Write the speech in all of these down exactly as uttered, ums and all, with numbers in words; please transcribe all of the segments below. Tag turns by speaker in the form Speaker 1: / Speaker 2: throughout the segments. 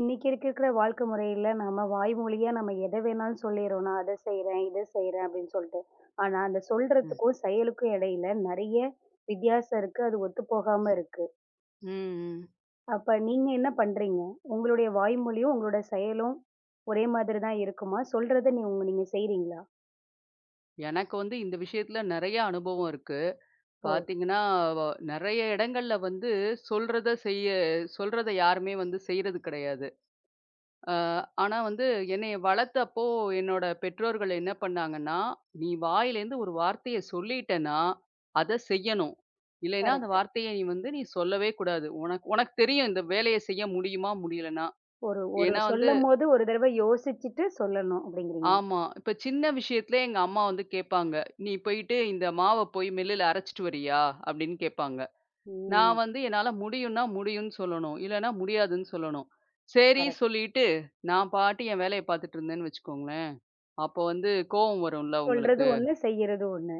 Speaker 1: இன்னைக்கு இருக்கிற வாழ்க்கை முறையில நம்ம வாய் மொழியா நம்ம எதை வேணாலும் சொல்லிடுறோம். நான் அதை செய்றேன், இதை செய்றேன் அப்படின்னு சொல்லிட்டு. ஆனா அந்த
Speaker 2: ம்.
Speaker 1: சொல்றதுக்கும், செயலுக்கும் இடையில நெறைய வித்தியாசம் இருக்கு. அது ஒத்து போகாம இருக்கு.
Speaker 2: ம். ம்.
Speaker 1: அப்ப நீங்க என்ன பண்றீங்க? உங்களுடைய வாய்மொழியும், உங்களோட செயலும் ஒரே மாதிரி தான் இருக்குமா? சொல்றத நீ உங்க நீங்க செய்றீங்களா?
Speaker 2: எனக்கு வந்து இந்த விஷயத்துல நெறைய அனுபவம் இருக்கு.
Speaker 1: ஓ!
Speaker 2: பாத்தீங்கன்னா, வ நெறைய இடங்கள்ல வந்து சொல்றத செய்ய சொல்றத யாருமே வந்து செய்றது கிடையாது. அ ஆனா வந்து என்னைய வளர்த்தப்போ என்னோட பெற்றோர்கள் என்ன பண்ணாங்கன்னா, "நீ வாயிலேருந்து ஒரு வார்த்தைய சொல்லிட்டேன்னா, அத செய்யணும். இல்லைன்னா அந்த
Speaker 1: கரெக்ட்.
Speaker 2: வார்த்தைய நீ வந்து நீ சொல்லவே கூடாது. உனக்கு உனக்கு தெரியும் இந்த வேலைய செய்ய முடியுமா? முடியலன்னா.
Speaker 1: ஒரு ஒரு
Speaker 2: ஏன்னா வந்து
Speaker 1: சொல்லும்போது ஒரு தடவை யோசிச்சுட்டு சொல்லணும் அப்படிங்கிறீங்க.
Speaker 2: ஆமா. இப்ப சின்ன விஷயத்திலயே எங்க அம்மா வந்து கேட்பாங்க. "நீ போயிட்டு இந்த மாவ போய் மில்லுல அரைச்சுட்டு வரியா?" அப்படின்னு கேட்பாங்க.
Speaker 1: ம்.
Speaker 2: நான் வந்து என்னால முடியும்னா முடியும்ன்னு சொல்லணும். இல்லன்னா முடியாதுன்னு சொல்லணும். சரி
Speaker 1: கரெக்ட்.
Speaker 2: சொல்லிட்டு, நான் பாட்டு என் வேலைய பார்த்துட்டு இருந்தேன்னு வச்சுக்கோங்களேன், அப்போ வந்து கோவம் வரும்ல
Speaker 1: சொல்றது
Speaker 2: உங்களுக்கு.
Speaker 1: ஒண்ணு, செய்யறது ஒண்ணு.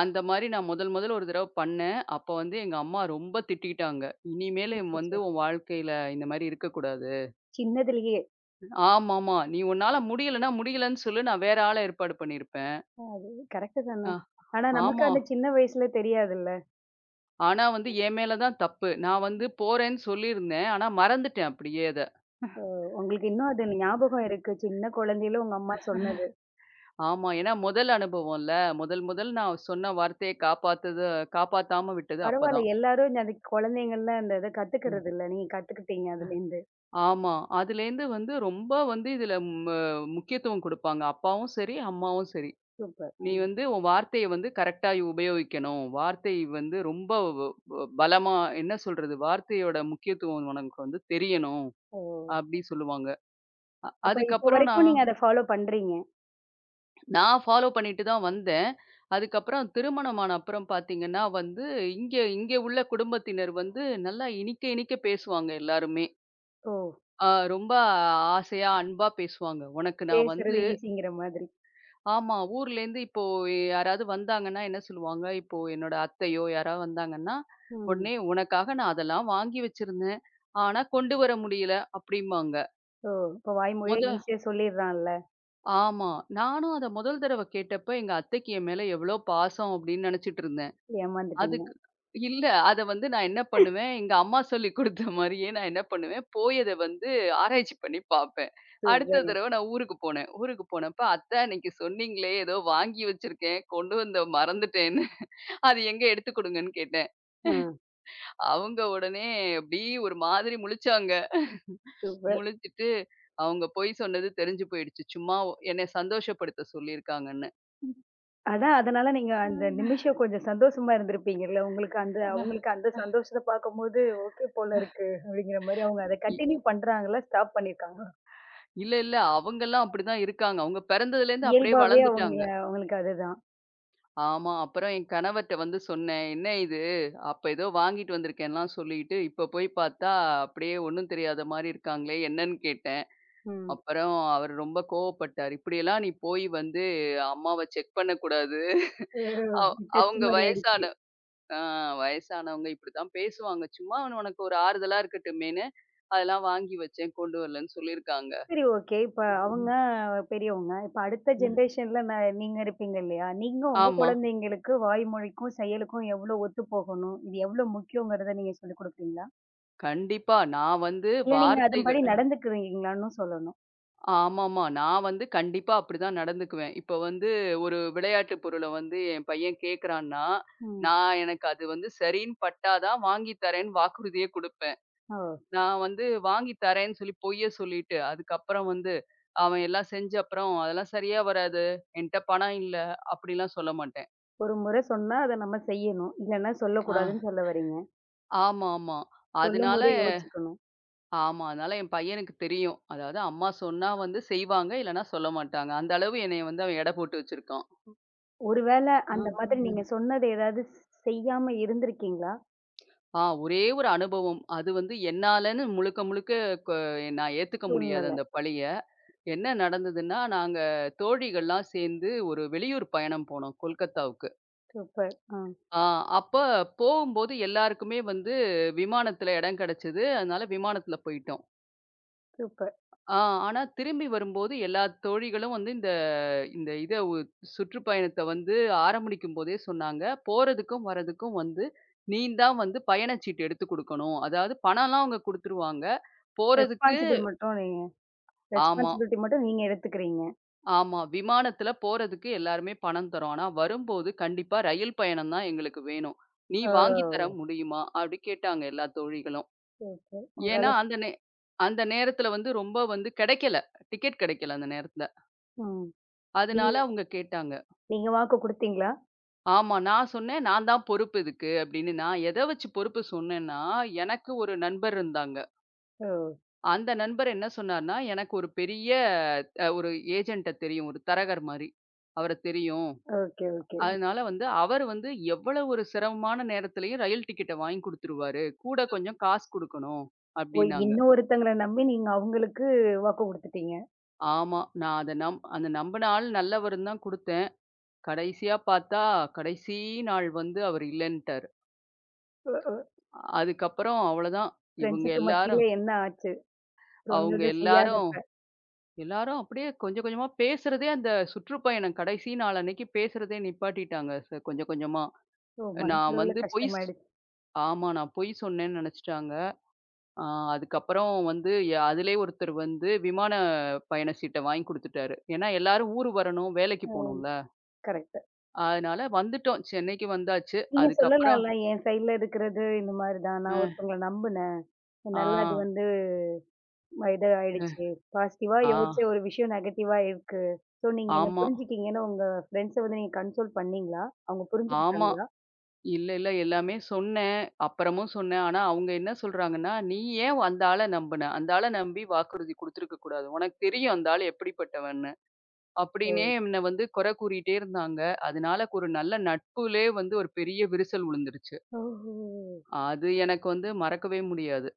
Speaker 2: அந்த மாரி நான் முதல் முதல்ல ஒரு தடவ பண்ணேன். அப்போ வந்து எங்க அம்மா ரொம்ப திட்டிட்டாங்க. "இனிமேலு
Speaker 1: அச்சச்சோ!
Speaker 2: வந்து உன் வாழ்க்கையில இந்த மாரி இருக்கக்கூடாது.
Speaker 1: சின்னதுலயே.
Speaker 2: ஆமாமா. நீ உன்னால முடியலன்னா முடியலன்னு சொல்லு. நான் வேற ஆள ஏற்பாடு பண்ணியிருப்பேன்."
Speaker 1: அது கரெக்ட்டு தான.
Speaker 2: அ
Speaker 1: ஆனா நமக்கு
Speaker 2: ஆமா.
Speaker 1: அந்த சின்ன வயசுல தெரியாதுல்ல.
Speaker 2: ஆனா வந்து என் மேல தான் தப்பு. நான் வந்து போறேன்னு சொல்லியிருந்தேன். ஆனா மறந்துட்டேன் அப்படியே அத.
Speaker 1: ஓ, உங்களுக்கு இன்னும் அது ஞாபகம் இருக்கு. சின்ன குழந்தையில உங்க அம்மா சொன்னது.
Speaker 2: ஆமா. ஏன்னா முதல் அனுபவம்ல. முதல் முதல் நான் சொன்ன வார்த்தைய காப்பாத்தது காப்பாத்தாம விட்டது
Speaker 1: பரவால்ல,
Speaker 2: அப்பதான்.
Speaker 1: எல்லாரும் இந்த- அது குழந்தைங்கள்ல அந்த இத
Speaker 2: ம்.
Speaker 1: கத்துக்கிறதில்ல. நீங்க கத்துக்கிட்டீங்க அதுலேருந்து.
Speaker 2: ஆமா. அதுலேருந்து வந்து ரொம்ப வந்து இதுல மு முக்கியத்துவம் குடுப்பாங்க. அப்பாவும் சரி, அம்மாவும் சரி.
Speaker 1: சூப்பர்.
Speaker 2: "நீ
Speaker 1: ம்.
Speaker 2: வந்து உன் வார்த்தைய வந்து கரெக்ட்டா உபயோகிக்கணும். வார்த்தை வந்து ரொம்ப வ வ பலமா என்ன சொல்றது? வார்த்தையோட முக்கியத்துவம் உனக்கு வந்து தெரியணும்."
Speaker 1: ஓ!
Speaker 2: அப்படி சொல்லுவாங்க. அ
Speaker 1: அப்ப இப்ப
Speaker 2: அதுக்கப்புறம்
Speaker 1: வரைக்கும்
Speaker 2: நான்
Speaker 1: நீங்க அத ஃபாலோ பண்றீங்க.
Speaker 2: நான் ஃபாலோ பண்ணிட்டு தான் வந்தேன். அதுக்கப்புறம் திருமணம் ஆன அப்புறம் பார்த்தீங்கன்னா வந்து, இங்க இங்க உள்ள குடும்பத்தினர் வந்து நல்லா இனிக்க இனிக்க பேசுவாங்க எல்லாருமே.
Speaker 1: ஓ!
Speaker 2: ஆ ரொம்ப ஆசையா, அன்பா பேசுவாங்க. உனக்கு நான் வந்து
Speaker 1: பேசுறது ஈஸிங்கிற மாதிரி.
Speaker 2: ஆமா, ஊர்லேருந்து இப்போ யாராவது வந்தாங்கன்னா என்ன சொல்லுவாங்க, இப்போ என்னோட அத்தையோ யாராவது வந்தாங்கன்னா,
Speaker 1: ம்.
Speaker 2: உடனே "உனக்காக நான் அதெல்லாம் வாங்கி வச்சிருந்தேன். ஆனா கொண்டு வர முடியல" அப்படிம்பாங்க.
Speaker 1: ஓ! இப்ப வாய்மொழியா
Speaker 2: மொத
Speaker 1: ஈஸியா சொல்லிர்றான்ல.
Speaker 2: ஆமா. நானும் அத முதல் தடவ கேட்டப்ப எங்க அத்தைக்கு என் மேல எவ்வளோ பாசம் அப்படின்னு நெனச்சிட்டு இருந்தேன்.
Speaker 1: ஏமாந்துட்டீங்க.
Speaker 2: அதுக்கு இல்ல. அத வந்து நான் என்ன பண்ணுவேன், எங்க அம்மா சொல்லிக் குடுத்த மாரியே நான் என்ன பண்ணுவேன், போயத வந்து ஆராய்ச்சி பண்ணி பார்ப்பேன். அடுத்த
Speaker 1: சூப்பருங்க.
Speaker 2: தடவ நான் ஊருக்கு போனேன். ஊருக்கு போனப்ப, "அத்த அன்னைக்கு சொன்னீங்களே, ஏதோ வாங்கி வச்சிருக்கேன். கொண்டு வந்த மறந்துட்டேன்னு. அது எங்க எடுத்துக் குடுங்கன்னு" கேட்டேன்.
Speaker 1: ஆ,
Speaker 2: அவங்க உடனே அப்படியே ஒரு மாதிரி முழிச்சாங்க.
Speaker 1: சூப்பர்.
Speaker 2: முழிச்சுட்டு, அவங்க பொய் சொன்னது தெரிஞ்சு போயிடுச்சு. சும்மா ஒ என்னைய சந்தோஷப்படுத்த சொல்லியிருக்காங்கன்னு.
Speaker 1: அதான், அதனால நீங்க அந்த நிமிஷம் கொஞ்சம் சந்தோஷமா இருந்திருப்பீங்கல்ல. உங்களுக்கு அந்த
Speaker 2: ஆ.
Speaker 1: அவங்களுக்கு அந்த சந்தோஷத்த பார்க்கும்போது, ஓகே போல இருக்கு அப்படிங்கிற மாரி அவங்க அத
Speaker 2: இ
Speaker 1: கன்டின்யூ பண்றாங்களா? ஸ்டாப் பண்ணியிருக்காங்களா?
Speaker 2: இல்ல, இல்ல. அவங்கலாம் அப்படிதான் இருக்காங்க. அவங்க பிறந்ததுலேருந்து அப்படியே
Speaker 1: இயல்பாவே அவங்க
Speaker 2: வளர்ந்துட்டாங்க.
Speaker 1: அவங்களுக்கு அதுதான்.
Speaker 2: ஆமா. அப்புறம் என் கணவர்ட்ட வந்து சொன்னேன். "என்ன இது? அப்ப ஏதோ வாங்கிட்டு வந்திருக்கேன்லாம்" சொல்லிட்டு, இப்ப போய் பார்த்தா அப்படியே ஒண்ணும் தெரியாத மாரி இருக்காங்களே! என்னன்னு கேட்டேன்.
Speaker 1: ம்.
Speaker 2: அப்புறம் அவர் ரொம்ப கோவப்பட்டாரு. "இப்படியெல்லாம் நீ போய் வந்து அம்மாவ செக் பண்ணக்கூடாது.
Speaker 1: ஒரு
Speaker 2: அவ்
Speaker 1: டெஸ்ட்
Speaker 2: அவங்க
Speaker 1: மாரி ஆயிடுச்சு.
Speaker 2: வயசான ஆ வயசானவங்க இப்படித்தான் பேசுவாங்க. சும்மா அவன் உனக்கு ஒரு ஆறுதலா இருக்கட்டுமேன்னு, அதெல்லாம் வாங்கி வச்சேன். கொண்டு வரலன்னு" சொல்லியிருக்காங்க.
Speaker 1: சரி, ஓகே. இப்ப அவங்க
Speaker 2: ம்.
Speaker 1: பெரியவங்க. இப்ப அடுத்த
Speaker 2: ம்.
Speaker 1: ஜெனரேஷன்ல ந நீங்க இருப்பீங்க இல்லையா? நீங்க உங்க
Speaker 2: ஆமா.
Speaker 1: குழந்தைங்களுக்கு வாய்மொழிக்கும், செயலுக்கும் எவ்வளோ ஒத்து போகணும்? இது எவ்வளோ முக்கியங்கிறத நீங்க சொல்லிக் குடுப்பீங்களா?
Speaker 2: கண்டிப்பா. நான் வந்து
Speaker 1: இல்ல, நீங்க அதன்படி
Speaker 2: வார்த்தைகள்
Speaker 1: நடந்துக்குவீங்களான்னும் சொல்லணும்.
Speaker 2: ஆமாமா. நான் வந்து கண்டிப்பா அப்படிதான் நடந்துக்குவேன். இப்ப வந்து ஒரு விளையாட்டு பொருள வந்து என் பையன் கேட்கறான்னா,
Speaker 1: ம்.
Speaker 2: நான் எனக்கு அது வந்து சரின்னு பட்டா தான் வாங்கி தரேன்னு வாக்குறுதியே குடுப்பேன்.
Speaker 1: ஓ!
Speaker 2: நான் வந்து வாங்கி தரேன்னு சொல்லி பொய்ய சொல்லிட்டு, அதுக்கப்புறம் வந்து அவன் எல்லாம் செஞ்ச அப்புறம், "அதெல்லாம் சரியா வராது. என்ட்ட பணம் இல்ல." அப்படிலாம் சொல்ல மாட்டேன்.
Speaker 1: ஒரு முறை சொன்னா அத நம்ம செய்யணும். இல்லன்னா சொல்லக்கூடாதுன்னு
Speaker 2: ஆ.
Speaker 1: சொல்ல வர்றீங்க.
Speaker 2: ஆமாமா. அதனால
Speaker 1: சொல்லும்போதே யோசிச்சுக்கணும்.
Speaker 2: ஆமா. அதனால என் பையனுக்கு தெரியும். அதாவது அம்மா சொன்னா வந்து செய்வாங்க, இல்லன்னா சொல்ல மாட்டாங்க. அந்த அளவு என்னைய வந்து அவன் எடை போட்டு வச்சிருக்கான்.
Speaker 1: ஒருவேள
Speaker 2: ஆ.
Speaker 1: அந்த மாதிரி நீங்க
Speaker 2: ம்.
Speaker 1: சொன்னது ஏதாவது செய்யாம இருந்திருக்கீங்களா?
Speaker 2: ஆ ஒரே ஒரு அனுபவம். அது வந்து என்னாலன்னு முழுக்க முழுக்க கொ நான் ஏத்துக்க முடியாது
Speaker 1: சூழ்நிலை.
Speaker 2: அந்த பழிய. என்ன நடந்ததுன்னா, நாங்க தோழிகள்லாம் சேர்ந்து ஒரு வெளியூர் பயணம் போனோம் கொல்கத்தாவுக்கு.
Speaker 1: சூப்பர். ஆ,
Speaker 2: ஆ அப்ப போகும்போது எல்லாருக்குமே வந்து விமானத்துல இடம் கிடைச்சது. அதனால விமானத்துல போயிட்டோம்.
Speaker 1: சூப்பர்.
Speaker 2: ஆ ஆனா திரும்பி வரும்போது எல்லா தோழிகளும் வந்து இந்த இத ஒ சுற்றுப்பயணத்த வந்து ஆரம்பிக்கும் போதே சொன்னாங்க. போறதுக்கும், வரதுக்கும் வந்து நீ தான் வந்து பயணச்சீட்டு எடுத்துக் குடுக்கணும். அதாவது பணம்லாம் அவங்க குடுத்துருவாங்க. போறதுக்கு
Speaker 1: ரெஸ்பான்சிபிள் மட்டும் நீங்க
Speaker 2: ஆமா,
Speaker 1: ரெஸ்பான்சிபிலிட்டி மட்டும் நீங்க எடுத்துக்கிறீங்க.
Speaker 2: ஆமா. விமானத்துல போறதுக்கு எல்லாருமே பணம் தரோம். ஆனா வரும்போது கண்டிப்பா ரயில் பயணம் தான் எங்களுக்கு வேணும். நீ வாங்கி தர
Speaker 1: ஓ!
Speaker 2: முடியுமா? அப்டி கேட்டாங்க எல்லா தோழிகளும்.
Speaker 1: சூப்பர்.
Speaker 2: ஏன்னா
Speaker 1: உங்களால.
Speaker 2: அந்த நே அந்த நேரத்துல வந்து ரொம்ப வந்து கிடைக்கல. டிக்கெட் கிடைக்கல அந்த நேரத்துல.
Speaker 1: ம்.
Speaker 2: அதனால
Speaker 1: நீங்க
Speaker 2: அவங்க கேட்டாங்க.
Speaker 1: நீங்க வாக்கு குடுத்தீங்களா?
Speaker 2: ஆமா. நான் சொன்னேன், "நான் தான் பொறுப்பு இதுக்கு" அப்படின்னு. நான் எத வச்சு பொறுப்பு சொன்னேன்னா, எனக்கு ஒரு நண்பர் இருந்தாங்க.
Speaker 1: ஓ!
Speaker 2: அந்த நண்பர் என்ன சொன்னார்ன்னா, எனக்கு ஒரு பெரிய அ ஒரு ஏஜென்ட்ட தெரியும். ஒரு தரகர் மாரி. அவர தெரியும்.
Speaker 1: Okay, okay.
Speaker 2: அதனால வந்து அவர் வந்து எவ்வளவு ஒரு சிரமமான நேரத்திலயும் ரயில் டிக்கெட்ட வாங்கி குடுத்துருவாரு. கூட கொஞ்சம் காசு குடுக்கணும்
Speaker 1: ஓ,
Speaker 2: அப்படின்னாங்க.
Speaker 1: இன்னொருத்தங்கள நம்பி நீங்க அவங்களுக்கு வாக்கு குடுத்துட்டீங்க.
Speaker 2: ஆமா. நான் அத நம் அந்த நம்பின ஆள் நல்லவருன்னு தான் குடுத்தேன். கடைசியா பார்த்தா, கடைசி நாள் வந்து அவர் இல்லன்ட்டாரு.
Speaker 1: ஓ, ஓ.
Speaker 2: அதுக்கப்புறம் அவ்வளதான். இவங்க
Speaker 1: ஃப்ரெண்ட்ஸுக்கு மத்தியில
Speaker 2: எல்லாரும்
Speaker 1: என்ன ஆச்சு?
Speaker 2: அவங்க
Speaker 1: சொன்னத
Speaker 2: எல்லாரும்
Speaker 1: செய்யாதப்ப.
Speaker 2: எல்லாரும் அப்படியே கொஞ்சம் கொஞ்சமா பேசுறதே அந்த சுற்றுப்பயணம் கடைசி நாள் அன்னைக்கு பேசுறதே நிப்பாட்டிட்டாங்க ச- கொஞ்சம் கொஞ்சமா
Speaker 1: ஓ!
Speaker 2: நான்
Speaker 1: மனசுல
Speaker 2: வந்து பொய் ஸ்-
Speaker 1: கஷ்டமாயிடுச்சு.
Speaker 2: ஆமா நான் பொய் சொன்னேன்னு நினைச்சிட்டாங்க ஆ, அதுக்கப்புறம் வந்து ய- அதிலே ஒருத்தர் வந்து விமான பயண சீட்டை வாங்கி கொடுத்துட்டாரு ஏன்னா எல்லாரும் ஊர் வரணும் வேலைக்கு போகணும்ல
Speaker 1: கரெக்ட்.
Speaker 2: அதனால வந்துட்டோம் சென்னைக்கு வந்தாச்சு
Speaker 1: நீங்க
Speaker 2: அதுக்கப்புறம்
Speaker 1: சொல்லலாம்ல, என் சைட்ல இருக்கிறது இந்த மாரி தான்.
Speaker 2: ஆ
Speaker 1: நான் ஒருத்தவங்கள நம்புனேன்.
Speaker 2: ஆ
Speaker 1: என்னால அது வந்து இது ஆயிடுச்சு. பாசிட்டிவா
Speaker 2: ஆ
Speaker 1: யோசிச்ச ஒரு விஷயம் நெகட்டிவா இருக்கு. ஸோ, நீங்க என்ன
Speaker 2: ஆமா
Speaker 1: புரிஞ்சுக்கிங்கன்னு உங்க ஃப்ரெண்ட்ஸ வந்து நீங்க கன்சோல் பண்ணீங்களா? அவங்க
Speaker 2: ஆமா
Speaker 1: புரிஞ்சுக்கிட்டாங்களா?
Speaker 2: இல்ல, இல்ல. எல்லாமே சொன்னேன். அப்புறமும் சொன்னேன். ஆனா, அவங்க என்ன சொல்றாங்கன்னா, "நீ ஏன் அந்த ஆள நம்புன? அந்த ஆள நம்பி வாக்குறுதி குடுத்துருக்க கூடாது. உனக்கு தெரியும் அந்த ஆள் எப்படிப்பட்டவன்னு."
Speaker 1: ஓ!
Speaker 2: அப்படின்னே என்ன வந்து குறை கூறிட்டே இருந்தாங்க. அதனால ஒரு நல்ல நட்புலே வந்து ஒரு பெரிய விரிசல் விழுந்துருச்சு.
Speaker 1: ஓஹோ!
Speaker 2: அது எனக்கு
Speaker 1: எனக்கு
Speaker 2: வந்து மறக்கவே முடியாது.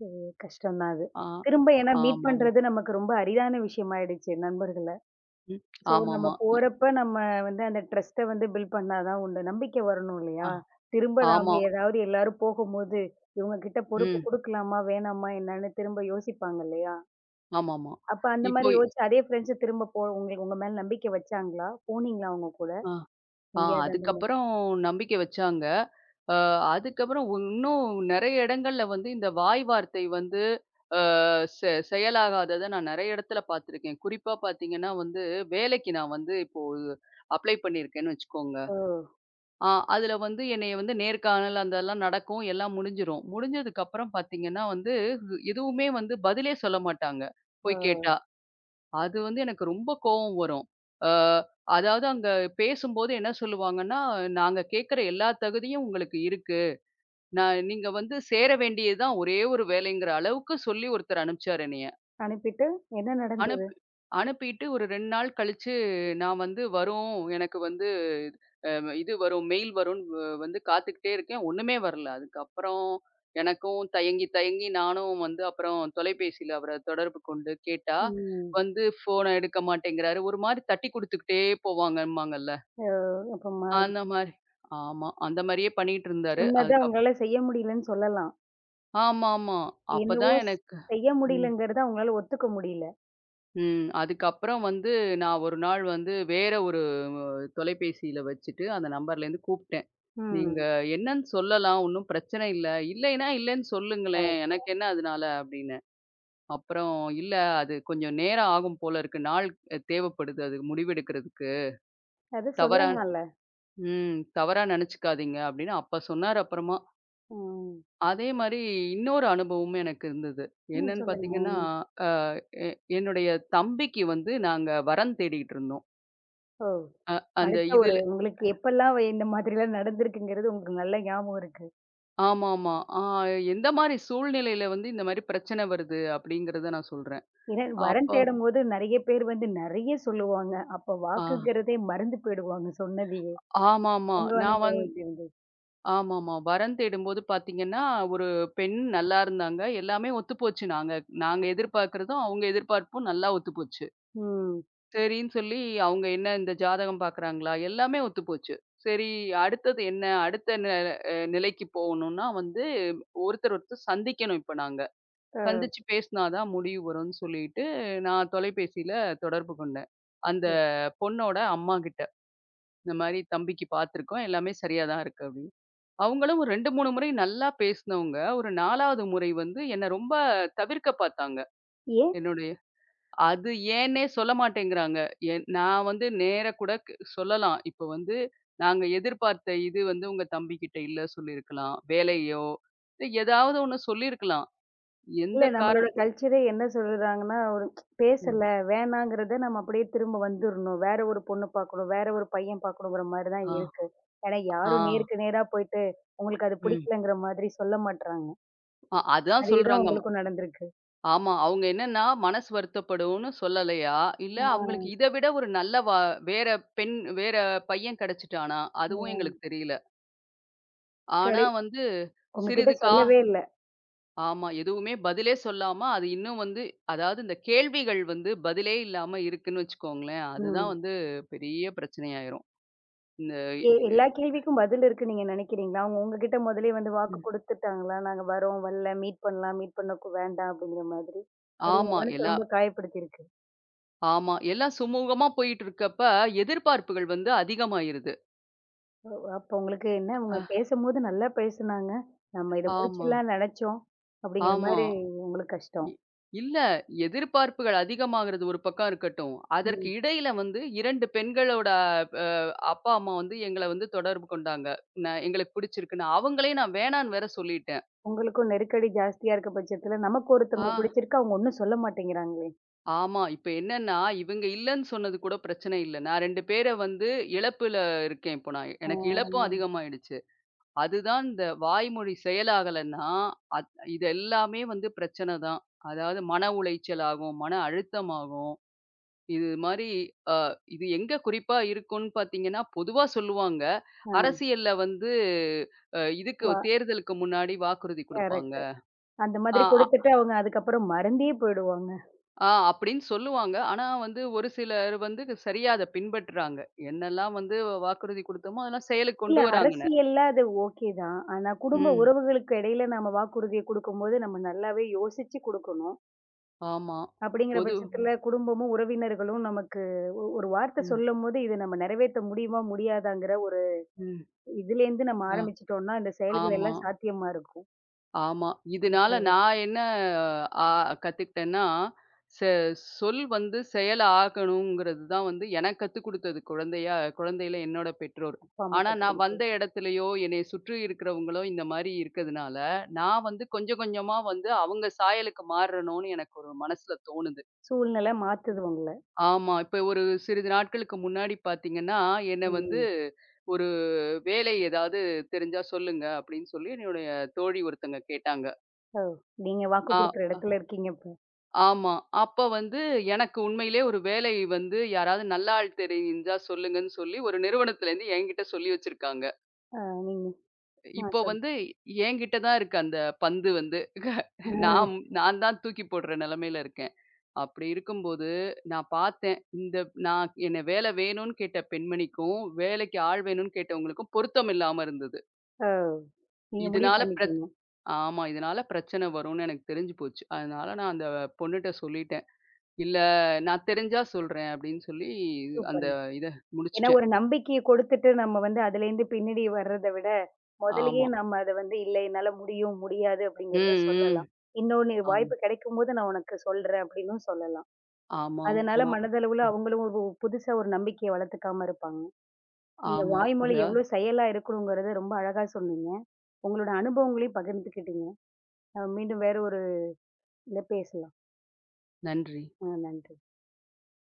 Speaker 1: சரி, கஷ்டம் தான் அது.
Speaker 2: ஆ.
Speaker 1: திரும்ப ஏன்னா மீட்
Speaker 2: ஆமாமா.
Speaker 1: பண்றது நமக்கு ரொம்ப அரிதான விஷயமாயிடுச்சு நண்பர்கள.
Speaker 2: ம்.
Speaker 1: ஸோ, நம்ம
Speaker 2: ஆமாமா. இ
Speaker 1: போறப்ப நம்ம வந்து அந்த ட்ரஸ்ட்ட வந்து பில்ட் பண்ணா தான் உண்டு. நம்பிக்கை வரணும்
Speaker 2: ஆ
Speaker 1: இல்லையா? திரும்ப நாம
Speaker 2: ஆமா.
Speaker 1: ஏதாவது எல்லாரும் போகும்போது, இவங்க கிட்ட பொறுப்பு
Speaker 2: ம்.
Speaker 1: குடுக்கலாமா? வேணாமா? என்னன்னு திரும்ப யோசிப்பாங்க இல்லையா?
Speaker 2: ஆமாமா.
Speaker 1: அப்ப அந்த
Speaker 2: இப்போ
Speaker 1: மாரி யோசிச்சு அதே ஃப்ரெண்ட்ஸ் திரும்ப போ உங்களுக்கு உங்க மேல நம்பிக்கை வச்சாங்களா? போனீங்களா அவங்க கூட?
Speaker 2: ஆ. ஆ
Speaker 1: எங்கேயாவது அந்த மா
Speaker 2: அதுக்கப்புறம் நம்பிக்கை வச்சாங்க. அ அதுக்கப்புறம் இன்னும் நெறைய இடங்கள்ல வந்து இந்த வாய் வார்த்தை வந்து அ செ செயலாகாதத நான் நெறைய இடத்துல பார்த்துருக்கேன். குறிப்பா பார்த்தீங்கன்னா வந்து, வேலைக்கு நான் வந்து இப்போ அப்ளை பண்ணியிருக்கேன்னு வச்சுக்கோங்க.
Speaker 1: ஓ!
Speaker 2: ஆ அதில வந்து என்னைய வந்து நேர்காணல் அதெல்லாம் நடக்கும். எல்லாம் முடிஞ்சிரும். முடிஞ்சதுக்கப்புறம் பார்த்தீங்கன்னா வந்து, ஹு- எதுவுமே வந்து பதிலே சொல்ல மாட்டாங்க,
Speaker 1: ஓ!
Speaker 2: போய் கேட்டா. அது வந்து எனக்கு ரொம்ப கோவம் வரும். அ அதாவது அங்க பேசும்போது என்ன சொல்லுவாங்கன்னா, "நாங்க கேட்கிற எல்லா தகுதியும் உங்களுக்கு இருக்கு. நான் நீங்க வந்து சேர வேண்டியது தான் ஒரே ஒரு வேலைங்கிற அளவுக்கு" சொல்லி ஒருத்தர் அனுப்பிச்சாரு என்னைய.
Speaker 1: அனுப்பிட்டு என்ன நடந்தது?
Speaker 2: அனுப்பி அனுப்பிட்டு ஒரு ரெண்டு நாள் கழிச்சு நான் வந்து வரோம். எனக்கு வந்து அம் இது வரும் மெயில் வரும்ன்னு வ வந்து காத்துக்கிட்டே இருக்கேன். ஒண்ணுமே வரல. அதுக்கப்புறம் எனக்கும் தயங்கி, தயங்கி நானும் வந்து அப்புறம் தொலைபேசியில அவர தொடர்பு கொண்டு கேட்டா,
Speaker 1: ம்.
Speaker 2: வந்து ஃபோன எடுக்க மாட்டேங்கிறாரு. ஒரு மாரி தட்டி குடுத்துக்கிட்டே போவாங்கம்பாங்கல்ல.
Speaker 1: ஓ! அப்ப ம
Speaker 2: அந்த மாரி. ஆமா. அந்த மாரியே பண்ணிட்டு இருந்தாரு.
Speaker 1: சொன்னத
Speaker 2: அதுக்கப்
Speaker 1: அவங்களால செய்ய முடியலன்னு சொல்லலாம்.
Speaker 2: ஆமாமா.
Speaker 1: என்னவோ
Speaker 2: அப்பதான் எனக்கு
Speaker 1: செய்ய
Speaker 2: ம்.
Speaker 1: முடியலங்கிறத அவங்களால ஒத்துக்க முடியல.
Speaker 2: ம். அதுக்கப்புறம் வந்து நான் ஒரு நாள் வந்து வேற ஒரு அஹ், தொலைபேசியில வச்சுட்டு அந்த நம்பர்லேருந்து கூப்ட்டேன். நீங்க
Speaker 1: ம்.
Speaker 2: என்னன்னு சொல்லலாம். ஒண்ணும் பிரச்சனை இல்ல. இல்லைன்னா, இல்லன்னு சொல்லுங்களேன்.
Speaker 1: கரெக்ட்.
Speaker 2: எனக்கு என்ன அதனால அப்படின்னு. அப்புறம் இல்ல அது கொஞ்சம் நேரம் ஆகும் போல இருக்கு. நாள் அஹ், தேவைப்படுது அது முடிவெடுக்கிறதுக்கு.
Speaker 1: அது
Speaker 2: தவறா
Speaker 1: சொல்லலாம்ல.
Speaker 2: ம் தவறா நினைச்சுக்காதீங்க அப்படின்னு அப்ப சொன்னாரு அப்புறமா.
Speaker 1: ம்.
Speaker 2: அதே மாரி இன்னொரு அனுபவமும் எனக்கு இருந்தது.
Speaker 1: ம்.
Speaker 2: என்னன்னு
Speaker 1: சொல்லுங்க.
Speaker 2: பார்த்தீங்கன்னா,
Speaker 1: ம்.
Speaker 2: அ எ என்னுடைய தம்பிக்கு வந்து நாங்க வரன் தேடிக்கிட்டு இருந்தோம்.
Speaker 1: ஓ!
Speaker 2: அ அந்த
Speaker 1: அடுத்த ஒரு
Speaker 2: இதுல
Speaker 1: உங்களுக்கு எப்பல்லாம் இந்த மாதிரிலாம் நடந்திருக்குங்கிறது உங்களுக்கு நல்ல ஞாபகம் இருக்கு.
Speaker 2: ஆமாமா. ஆ எந்த மாரி சூழ்நிலையில வந்து இந்த மாரி பிரச்சனை வருது அப்படிங்கிறத நான் சொல்றேன்.
Speaker 1: ஏன்னா வரன்
Speaker 2: அப்போ
Speaker 1: தேடும்போது நெறைய பேர் வந்து நெறைய சொல்லுவாங்க. அப்ப
Speaker 2: ஆ.
Speaker 1: வாக்குங்கிறதே மறந்து போயிடுவாங்க சொன்னதையே.
Speaker 2: ஆமாமா.
Speaker 1: உங்க
Speaker 2: நான் வந்
Speaker 1: அனுபவம் எப்படி இருந்தது?
Speaker 2: ஆமாமா. வரன் தேடும்போது பார்த்தீங்கன்னா, ஒரு பெண் நல்லா இருந்தாங்க. எல்லாமே ஒத்துப்போச்சு. நாங்க நாங்க எதிர்பார்க்கிறதும், அவங்க எதிர்பார்ப்பும் நல்லா ஒத்துப்போச்சு.
Speaker 1: ம்.
Speaker 2: சரின்னு சொல்லி அவங்க என்ன இந்த ஜாதகம் பார்க்குறாங்களா? எல்லாமே ஒத்துப்போச்சு. சரி அடுத்தது என்ன? அடுத்த நெ அ நிலைக்கு போகணும்னா வந்து ஒருத்தர் ஒருத்தர் சந்திக்கணும் இப்ப நாங்க.
Speaker 1: அ.
Speaker 2: சந்திச்சு பேசினா தான் முடிவு வரும்னு சொல்லிட்டு, நான் தொலைபேசியில தொடர்பு கொண்டேன். அந்த
Speaker 1: சரி.
Speaker 2: பொண்ணோட அம்மா கிட்ட. இந்த மாரி தம்பிக்கு பார்த்துருக்கோம். எல்லாமே சரியா தான் இருக்கு அப்படின்னு. அவங்களும் ஒரு ரெண்டு, மூணு முறை நல்லா பேசினவங்க. ஒரு நாலாவது முறை வந்து என்ன ரொம்ப தவிர்க்க பார்த்தாங்க.
Speaker 1: ஏன்?
Speaker 2: என்னுடைய அது ஏன்னே சொல்ல மாட்டேங்கிறாங்க. என் நான் வந்து நேரா கூட க் சொல்லலாம். இப்ப வந்து நாங்க எதிர்பார்த்த இது வந்து உங்க தம்பிகிட்ட இல்ல சொல்லியிருக்கலாம். வேலையோ இல்ல ஏதாவது ஒண்ணு சொல்லியிருக்கலாம். எந்த
Speaker 1: இல்ல, நம்மளோட
Speaker 2: காரணம்
Speaker 1: கல்ச்சரே என்ன சொல்றாங்கன்னா, ஒரு
Speaker 2: ம்.
Speaker 1: பேசல வேணாங்கிறத நம்ம அப்படியே திரும்ப வந்துரணும். வேற ஒரு பொண்ணு பார்க்கணும், வேற ஒரு பையன் பார்க்கணுங்கிற மாரி தான்
Speaker 2: ஆ,
Speaker 1: இருக்கு. ஏன்னா
Speaker 2: ஆ,
Speaker 1: யாரும் நேருக்கு நேரா போயிட்டு உங்களுக்கு அது
Speaker 2: ம்.
Speaker 1: பிடிக்கலங்கிற மாதிரி சொல்ல மாட்றாங்க.
Speaker 2: அ அதான்
Speaker 1: அதே தான்
Speaker 2: சொல்றாங்க.
Speaker 1: உங்களுக்கும் நடந்திருக்கு.
Speaker 2: ஆமா. அவங்க என்னன்னா, மனசு வருத்தப்படும்னு சொல்லலையா? இல்ல அவங்களுக்கு
Speaker 1: ஆ,
Speaker 2: இத விட ஒரு நல்ல வா வேற பெண் வேற பையன் கிடைச்சுட்டானா? அதுவும்
Speaker 1: ம்.
Speaker 2: எங்களுக்கு தெரியல. ஆனா
Speaker 1: கடை
Speaker 2: வந்து
Speaker 1: உங்ககிட்ட
Speaker 2: சிறிது கா
Speaker 1: சொல்லவே இல்ல.
Speaker 2: ஆமா. எதுவுமே பதிலே சொல்லாம, அது இன்னும் வந்து அதாவது இந்த கேள்விகள் வந்து பதிலே இல்லாம இருக்குன்னு வச்சுக்கோங்களேன். அதுதான்
Speaker 1: ம்.
Speaker 2: வந்து பெரிய பிரச்சனையாயிரும். இந்த
Speaker 1: எ எல்லா கேள்விக்கும் பதில் இருக்குன்னு நீங்க நினைக்கிறீங்களா? அவங்க உங்ககிட்ட முதல்லயே வந்து வாக்கு
Speaker 2: ம்.
Speaker 1: குடுத்துட்டாங்களா? நாங்க வரோம், வரல, மீட் பண்ணலாம், மீட் பண்ண கு வேண்டாம் அப்படிங்கிற மாதிரி. அது உங்க
Speaker 2: ஆமா.
Speaker 1: மனச
Speaker 2: எல்லா
Speaker 1: ரொம்ப காயப்படுத்தியிருக்கு.
Speaker 2: ஆமா. எல்லாம் சுமூகமா போயிட்டு இருக்கப்ப, எதிர்பார்ப்புகள் வந்து அதிகமாயிருது.
Speaker 1: ஓ! அப்போ உங்களுக்கு என்ன அவங்க
Speaker 2: அ
Speaker 1: பேசும்போது நல்லா பேசுனாங்க. நம்ம இத
Speaker 2: ஆமா,
Speaker 1: முடிச்சிடலாம்னு நெனைச்சோம். அப்படிங்கிற
Speaker 2: ஆமா.
Speaker 1: மாரி உங்களுக்கு கஷ்டம்.
Speaker 2: இ இல்ல. எதிர்பார்ப்புகள் அதிகமாகுறது ஒரு பக்கம் இருக்கட்டும். அதற்கு
Speaker 1: ம்.
Speaker 2: இடையில வந்து இரண்டு பெண்களோட அ அப்பா, அம்மா வந்து எங்கள வந்து தொடர்பு கொண்டாங்க. நான் எங்களுக்கு பிடிச்சிருக்குன்னு. அவங்களே நான் வேணான்னு வேற சொல்லிட்டேன்.
Speaker 1: உங்களுக்கும் நெருக்கடி ஜாஸ்தியா இருக்க பட்சத்துல நமக்கு
Speaker 2: ஆ.
Speaker 1: ஒருத்தவங்கள பிடிச்சிருக்கு, அவங்க ஒண்ணும் சொல்ல மாட்டேங்கிறாங்களே.
Speaker 2: ஆமா. இப்ப என்னன்னா, இவங்க இல்லன்னு சொன்னது கூட பிரச்சனை இல்ல. நான் ரெண்டு பேர வந்து இழப்புல இருக்கேன் இப்போ நான். எனக்கு இழப்பும்
Speaker 1: ஆ.
Speaker 2: அதிகமாயிடுச்சு. அதுதான் இந்த வாய்மொழி செயலாகலன்னா, அத் இது எல்லாமே வந்து பிரச்சனை தான். அதாவது மன உளைச்சல் ஆகும், மன அழுத்தமாகும். இது மாரி அ இது எங்க குறிப்பா இருக்கும்ன்னு பார்த்தீங்கன்னா, பொதுவா சொல்லுவாங்க.
Speaker 1: ஆ.
Speaker 2: அரசியல்ல வந்து அ இதுக்கு
Speaker 1: வா,
Speaker 2: தேர்தலுக்கு முன்னாடி வாக்குறுதி குடுப்பாங்க.
Speaker 1: கரெக்ட். அந்த
Speaker 2: ஆ
Speaker 1: மாதிரி
Speaker 2: அ
Speaker 1: குடுத்துட்டு அவங்க அதுக்கப்புறம் மறந்தே போயிடுவாங்க.
Speaker 2: ஆ அப்படின்னு சொல்லுவாங்க. ஆனா வந்து ஒரு சிலர் வந்து சரியா அத பின்பற்றுறாங்க. என்னெல்லாம் வந்து வாக்குறுதி குடுத்தோமோ, அதெல்லாம் செயலுக்கு
Speaker 1: இல்ல,
Speaker 2: கொண்டு வராங்கன்னு.
Speaker 1: அரசியல்ல அது ஓகே தான். ஆனா குடும்ப
Speaker 2: ம்.
Speaker 1: உறவுகளுக்கு இடையில நம்ம வாக்குறுதிய குடுக்கும்போது, நம்ம நல்லாவே யோசிச்சு குடுக்கணும்.
Speaker 2: ஆமா.
Speaker 1: அப்படிங்கிற
Speaker 2: பொது
Speaker 1: பட்சத்துல குடும்பமும், உறவினர்களும் நமக்கு ஒ ஒரு வார்த்தை
Speaker 2: ம்,
Speaker 1: சொல்லும்போது, இத நம்ம நிறைவேத்த முடியுமா? முடியாதாங்கிற ஒரு
Speaker 2: ம்.
Speaker 1: இதுலேருந்து நம்ம
Speaker 2: அ
Speaker 1: ஆரம்பிச்சுட்டோம்னா, இந்த செயல்கள்
Speaker 2: ஆமா.
Speaker 1: எல்லாம் சாத்தியமா இருக்கும்.
Speaker 2: ஆமா. இதனால
Speaker 1: ம்.
Speaker 2: நான் என்ன ஆ கத்துக்கிட்டேன்னா, செ சொல் வந்து செயல் ஆகணுங்கிறது தான் வந்து எனக்கு கத்துக் குடுத்தது குழந்தையா குழந்தையில என்னோட பெற்றோர்.
Speaker 1: அப்பா, அம்மா
Speaker 2: ஆனா
Speaker 1: கத்துக்
Speaker 2: நான்
Speaker 1: குடுத்து.
Speaker 2: வந்த இடத்துலயோ, என்னைய சுற்றி இருக்கிறவங்களோ இந்த மாரி இருக்கிறதுனால, நான் வந்து கொஞ்சம் கொஞ்சமா வந்து அவங்க சாயலுக்கு மாறணும்னு எனக்கு ஒரு மனசுல தோணுது.
Speaker 1: சூழ்நிலை மாத்துது உங்கள.
Speaker 2: ஆமா. இப்ப ஒரு சிறிது நாட்களுக்கு முன்னாடி பார்த்தீங்கன்னா, என்ன வந்து
Speaker 1: ம்.
Speaker 2: ஒரு வேலை ஏதாவது தெரிஞ்சா சொல்லுங்க அப்படின்னு சொல்லி என்னுடைய தோழி ஒருத்தங்க கேட்டாங்க.
Speaker 1: ஓ! நீங்க வாக்கு
Speaker 2: ஆ.
Speaker 1: குடுக்குற இடத்துல இருக்கீங்க இப்ப.
Speaker 2: ஆமா. அப்ப வந்து எனக்கு உண்மையிலேயே ஒரு வேலை வந்து யாராவது நல்ல ஆள் தெரிஞ்சா சொல்லுங்கன்னு சொல்லி ஒரு நிறுவனத்துலேருந்து என்கிட்ட சொல்லி வச்சிருக்காங்க.
Speaker 1: ஆ, நீங்க ஆ,
Speaker 2: இப்போ வந்து என்கிட்ட தான் இருக்கு அந்த பந்து வந்து.
Speaker 1: சொல்லுங்க.
Speaker 2: நான் நான் தான் தூக்கி போடுற நிலைமையில இருக்கேன். அப்படி இருக்கும்போது நான் பார்த்தேன். இந்த நான் என்ன வேலை வேணும்னு கேட்ட பெண்மணிக்கும், வேலைக்கு ஆள் வேணும்னு கேட்டவங்களுக்கும் பொருத்தம் இல்லாம இருந்தது.
Speaker 1: ஓ! நீங்க முடிவு
Speaker 2: இதனால பிரச்
Speaker 1: பண்ணிட்டீங்க.
Speaker 2: ஆமா. இதனால பிரச்சனை வரும்னு எனக்கு தெரிஞ்சு போச்சு. அதனால நான் அந்த பொண்ணுட்ட சொல்லிட்டேன். இல்ல, நான் தெரிஞ்சா சொல்றேன் அப்படின்னு சொல்லி, அந்த
Speaker 1: சூப்பருங்க.
Speaker 2: இத
Speaker 1: ஏன்னா
Speaker 2: முடிச்சுட்டேன்.
Speaker 1: ஒரு நம்பிக்கைய கொடுத்துட்டு நம்ம வந்து அதுலேருந்து பின்னாடி வர்றத விட, முதலயே
Speaker 2: ஆமா.
Speaker 1: நம்ம அத வந்து இல்ல என்னால முடியும், முடியாது
Speaker 2: ம்,
Speaker 1: அப்படிங்கிறத
Speaker 2: ம்.
Speaker 1: சொல்லலாம். இன்னொன்னு
Speaker 2: ஆமா.
Speaker 1: வாய்ப்பு கிடைக்கும்போது நான் உனக்கு சொல்றேன் அப்படின்னும் சொல்லலாம். அதனால
Speaker 2: ஆமாமா.
Speaker 1: மனதளவுல
Speaker 2: அ
Speaker 1: அவங்களும் ஒரு புதுசா ஒரு நம்பிக்கைய வளர்த்துக்காம இருப்பாங்க. நீங்க
Speaker 2: ஆமா.
Speaker 1: வாய்மொழி
Speaker 2: அதான்
Speaker 1: எவ்ளோ செயலா இருக்கணுங்கிறத ரொம்ப அழகா சொன்னீங்க. உங்களோட அனுபவங்களையும் பகிர்ந்துக்கிட்டீங்க. நம்ம மீண்டும் வேற ஒரு இத பேசலாம்.
Speaker 2: நன்றி.
Speaker 1: ஆ, நன்றி.